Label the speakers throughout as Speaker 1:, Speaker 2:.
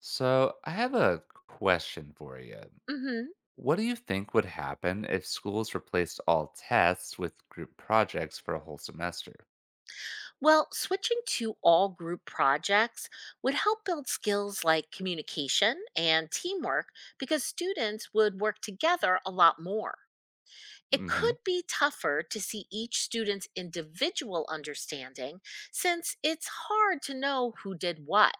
Speaker 1: So, I have a question for you.
Speaker 2: Hmm.
Speaker 1: What do you think would happen if schools replaced all tests with group projects for a whole semester?
Speaker 2: Well, switching to all group projects would help build skills like communication and teamwork because students would work together a lot more. It
Speaker 1: Hmm.
Speaker 2: could be tougher to see each student's individual understanding since it's hard to know who did what.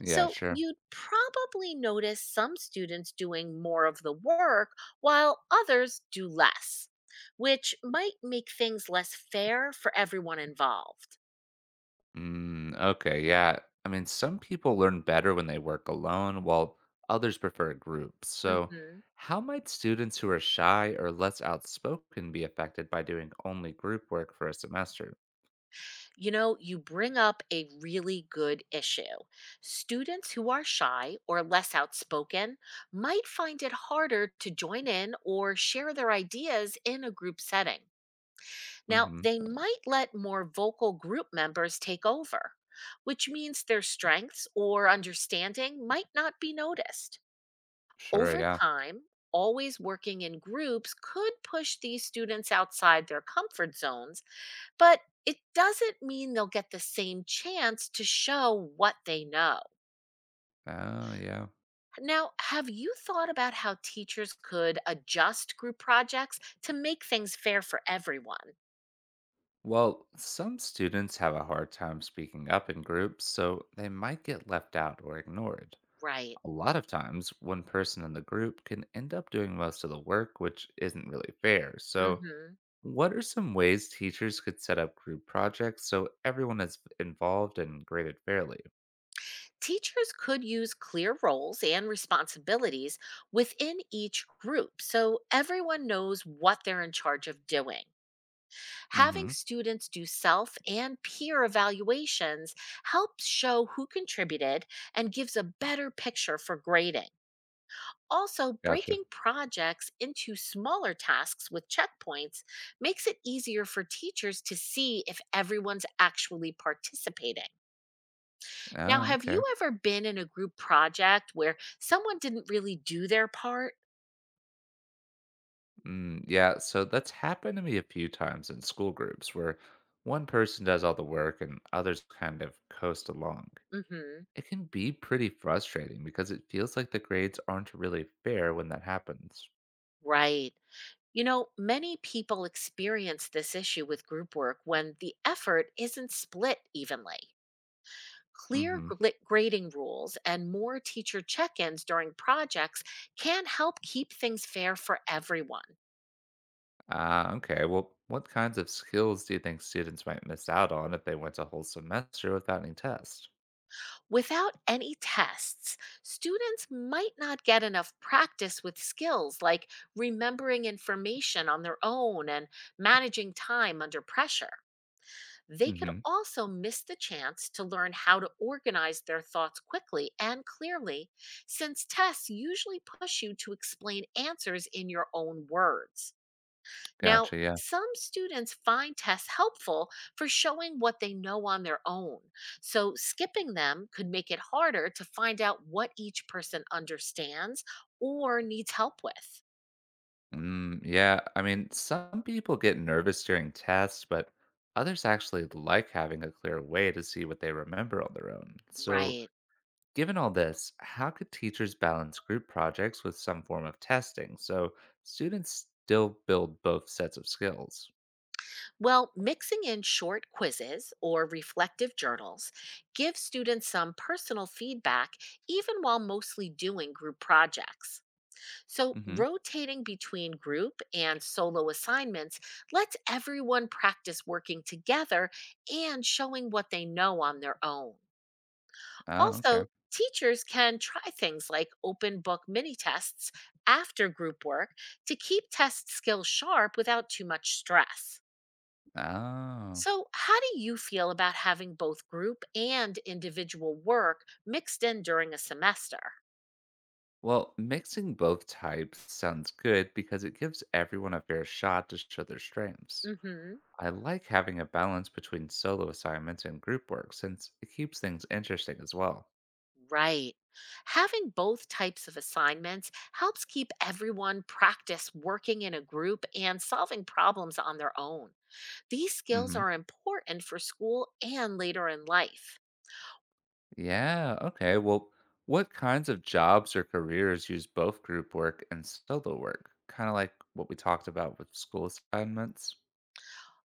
Speaker 1: Yeah,
Speaker 2: So
Speaker 1: sure.
Speaker 2: you'd probably notice some students doing more of the work while others do less, which might make things less fair for everyone involved.
Speaker 1: Mm, okay, yeah. I mean, some people learn better when they work alone, while others prefer groups. So,
Speaker 2: Hmm.
Speaker 1: how might students who are shy or less outspoken be affected by doing only group work for a semester?
Speaker 2: You know, you bring up a really good issue. Students who are shy or less outspoken might find it harder to join in or share their ideas in a group setting. Now,
Speaker 1: Hmm.
Speaker 2: they might let more vocal group members take over, which means their strengths or understanding might not be noticed.
Speaker 1: Sure,
Speaker 2: Over
Speaker 1: yeah.
Speaker 2: time, always working in groups could push these students outside their comfort zones. But it doesn't mean they'll get the same chance to show what they know.
Speaker 1: Oh, yeah.
Speaker 2: Now, have you thought about how teachers could adjust group projects to make things fair for everyone?
Speaker 1: Well, some students have a hard time speaking up in groups, so they might get left out or ignored.
Speaker 2: Right.
Speaker 1: A lot of times, one person in the group can end up doing most of the work, which isn't really fair. So,
Speaker 2: Hmm.
Speaker 1: what are some ways teachers could set up group projects so everyone is involved and graded fairly?
Speaker 2: Teachers could use clear roles and responsibilities within each group so everyone knows what they're in charge of doing. Having
Speaker 1: Hmm.
Speaker 2: students do self and peer evaluations helps show who contributed and gives a better picture for grading. Also,
Speaker 1: Gotcha.
Speaker 2: breaking projects into smaller tasks with checkpoints makes it easier for teachers to see if everyone's actually participating. Now,
Speaker 1: Oh,
Speaker 2: have you
Speaker 1: okay.
Speaker 2: ever been in a group project where someone didn't really do their part?
Speaker 1: Mm, yeah, so that's happened to me a few times in school groups where one person does all the work and others kind of coast along.
Speaker 2: Hmm.
Speaker 1: It can be pretty frustrating because it feels like the grades aren't really fair when that happens.
Speaker 2: Right. You know, many people experience this issue with group work when the effort isn't split evenly. Clear
Speaker 1: Hmm.
Speaker 2: grading rules and more teacher check ins during projects can help keep things fair for everyone.
Speaker 1: Okay, well, what kinds of skills do you think students might miss out on if they went a whole semester without any tests?
Speaker 2: Without any tests, students might not get enough practice with skills like remembering information on their own and managing time under pressure. They could
Speaker 1: Hmm.
Speaker 2: also miss the chance to learn how to organize their thoughts quickly and clearly, since tests usually push you to explain answers in your own words. Now,
Speaker 1: Gotcha, yeah.
Speaker 2: some students find tests helpful for showing what they know on their own, so skipping them could make it harder to find out what each person understands or needs help with.
Speaker 1: Mm, yeah, I mean, some people get nervous during tests, but others actually like having a clear way to see what they remember on their own. So,
Speaker 2: Right.
Speaker 1: given all this, how could teachers balance group projects with some form of testing so students still build both sets of skills?
Speaker 2: Well, mixing in short quizzes or reflective journals gives students some personal feedback even while mostly doing group projects. So,
Speaker 1: Hmm.
Speaker 2: rotating between group and solo assignments lets everyone practice working together and showing what they know on their own.
Speaker 1: Oh, okay.
Speaker 2: Also, teachers can try things like open book mini tests after group work to keep test skills sharp without too much stress.
Speaker 1: Oh.
Speaker 2: So, how do you feel about having both group and individual work mixed in during a semester?
Speaker 1: Well, mixing both types sounds good because it gives everyone a fair shot to show their strengths.
Speaker 2: Hmm.
Speaker 1: I like having a balance between solo assignments and group work since it keeps things interesting as well.
Speaker 2: Right. Having both types of assignments helps keep everyone practice working in a group and solving problems on their own. These skills are important for school and later in life.
Speaker 1: Yeah. Okay. Well, what kinds of jobs or careers use both group work and solo work? Kind of like what we talked about with school assignments.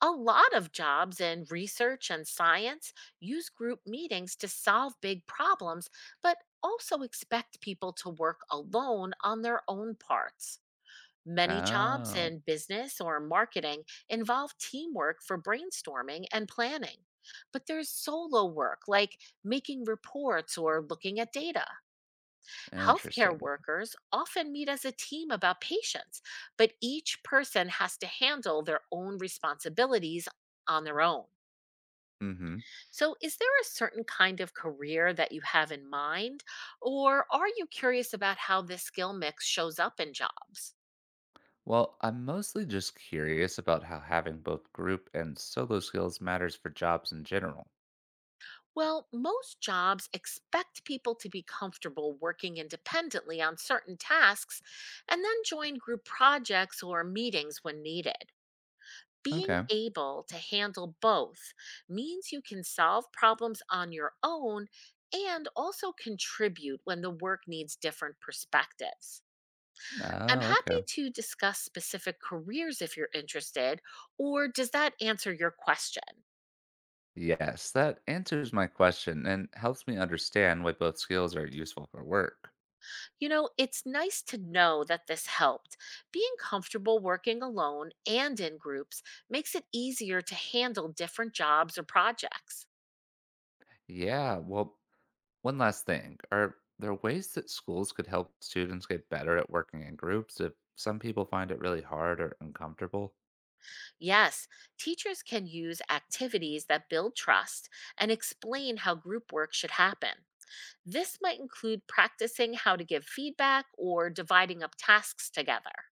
Speaker 2: A lot of jobs in research and science use group meetings to solve big problems, but also expect people to work alone on their own parts. Many jobs
Speaker 1: Oh,
Speaker 2: in business or marketing involve teamwork for brainstorming and planning. But there's solo work, like making reports or looking at data. Healthcare
Speaker 1: interesting.
Speaker 2: workers often meet as a team about patients, but each person has to handle their own responsibilities on their own.
Speaker 1: Mm-hmm.
Speaker 2: So, is there a certain kind of career that you have in mind, or are you curious about how this skill mix shows up in jobs?
Speaker 1: Well, I'm mostly just curious about how having both group and solo skills matters for jobs in general.
Speaker 2: Well, most jobs expect people to be comfortable working independently on certain tasks and then join group projects or meetings when needed. Being
Speaker 1: Okay.
Speaker 2: able to handle both means you can solve problems on your own and also contribute when the work needs different perspectives. I'm
Speaker 1: Oh,
Speaker 2: happy
Speaker 1: okay.
Speaker 2: to discuss specific careers if you're interested, or does that answer your question?
Speaker 1: Yes, that answers my question and helps me understand why both skills are useful for work.
Speaker 2: You know, it's nice to know that this helped. Being comfortable working alone and in groups makes it easier to handle different jobs or projects.
Speaker 1: Yeah, well, one last thing. Are there ways that schools could help students get better at working in groups if some people find it really hard or uncomfortable?
Speaker 2: Yes, teachers can use activities that build trust and explain how group work should happen. This might include practicing how to give feedback or dividing up tasks together.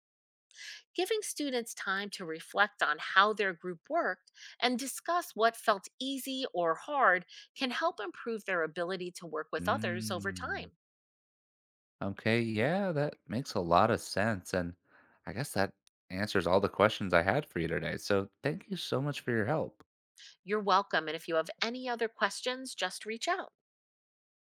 Speaker 2: Giving students time to reflect on how their group worked and discuss what felt easy or hard can help improve their ability to work with others over
Speaker 1: Mm.
Speaker 2: time.
Speaker 1: Okay, yeah, that makes a lot of sense. And I guess that answers all the questions I had for you today. So thank you so much for your help.
Speaker 2: You're welcome, and if you have any other questions, just reach out.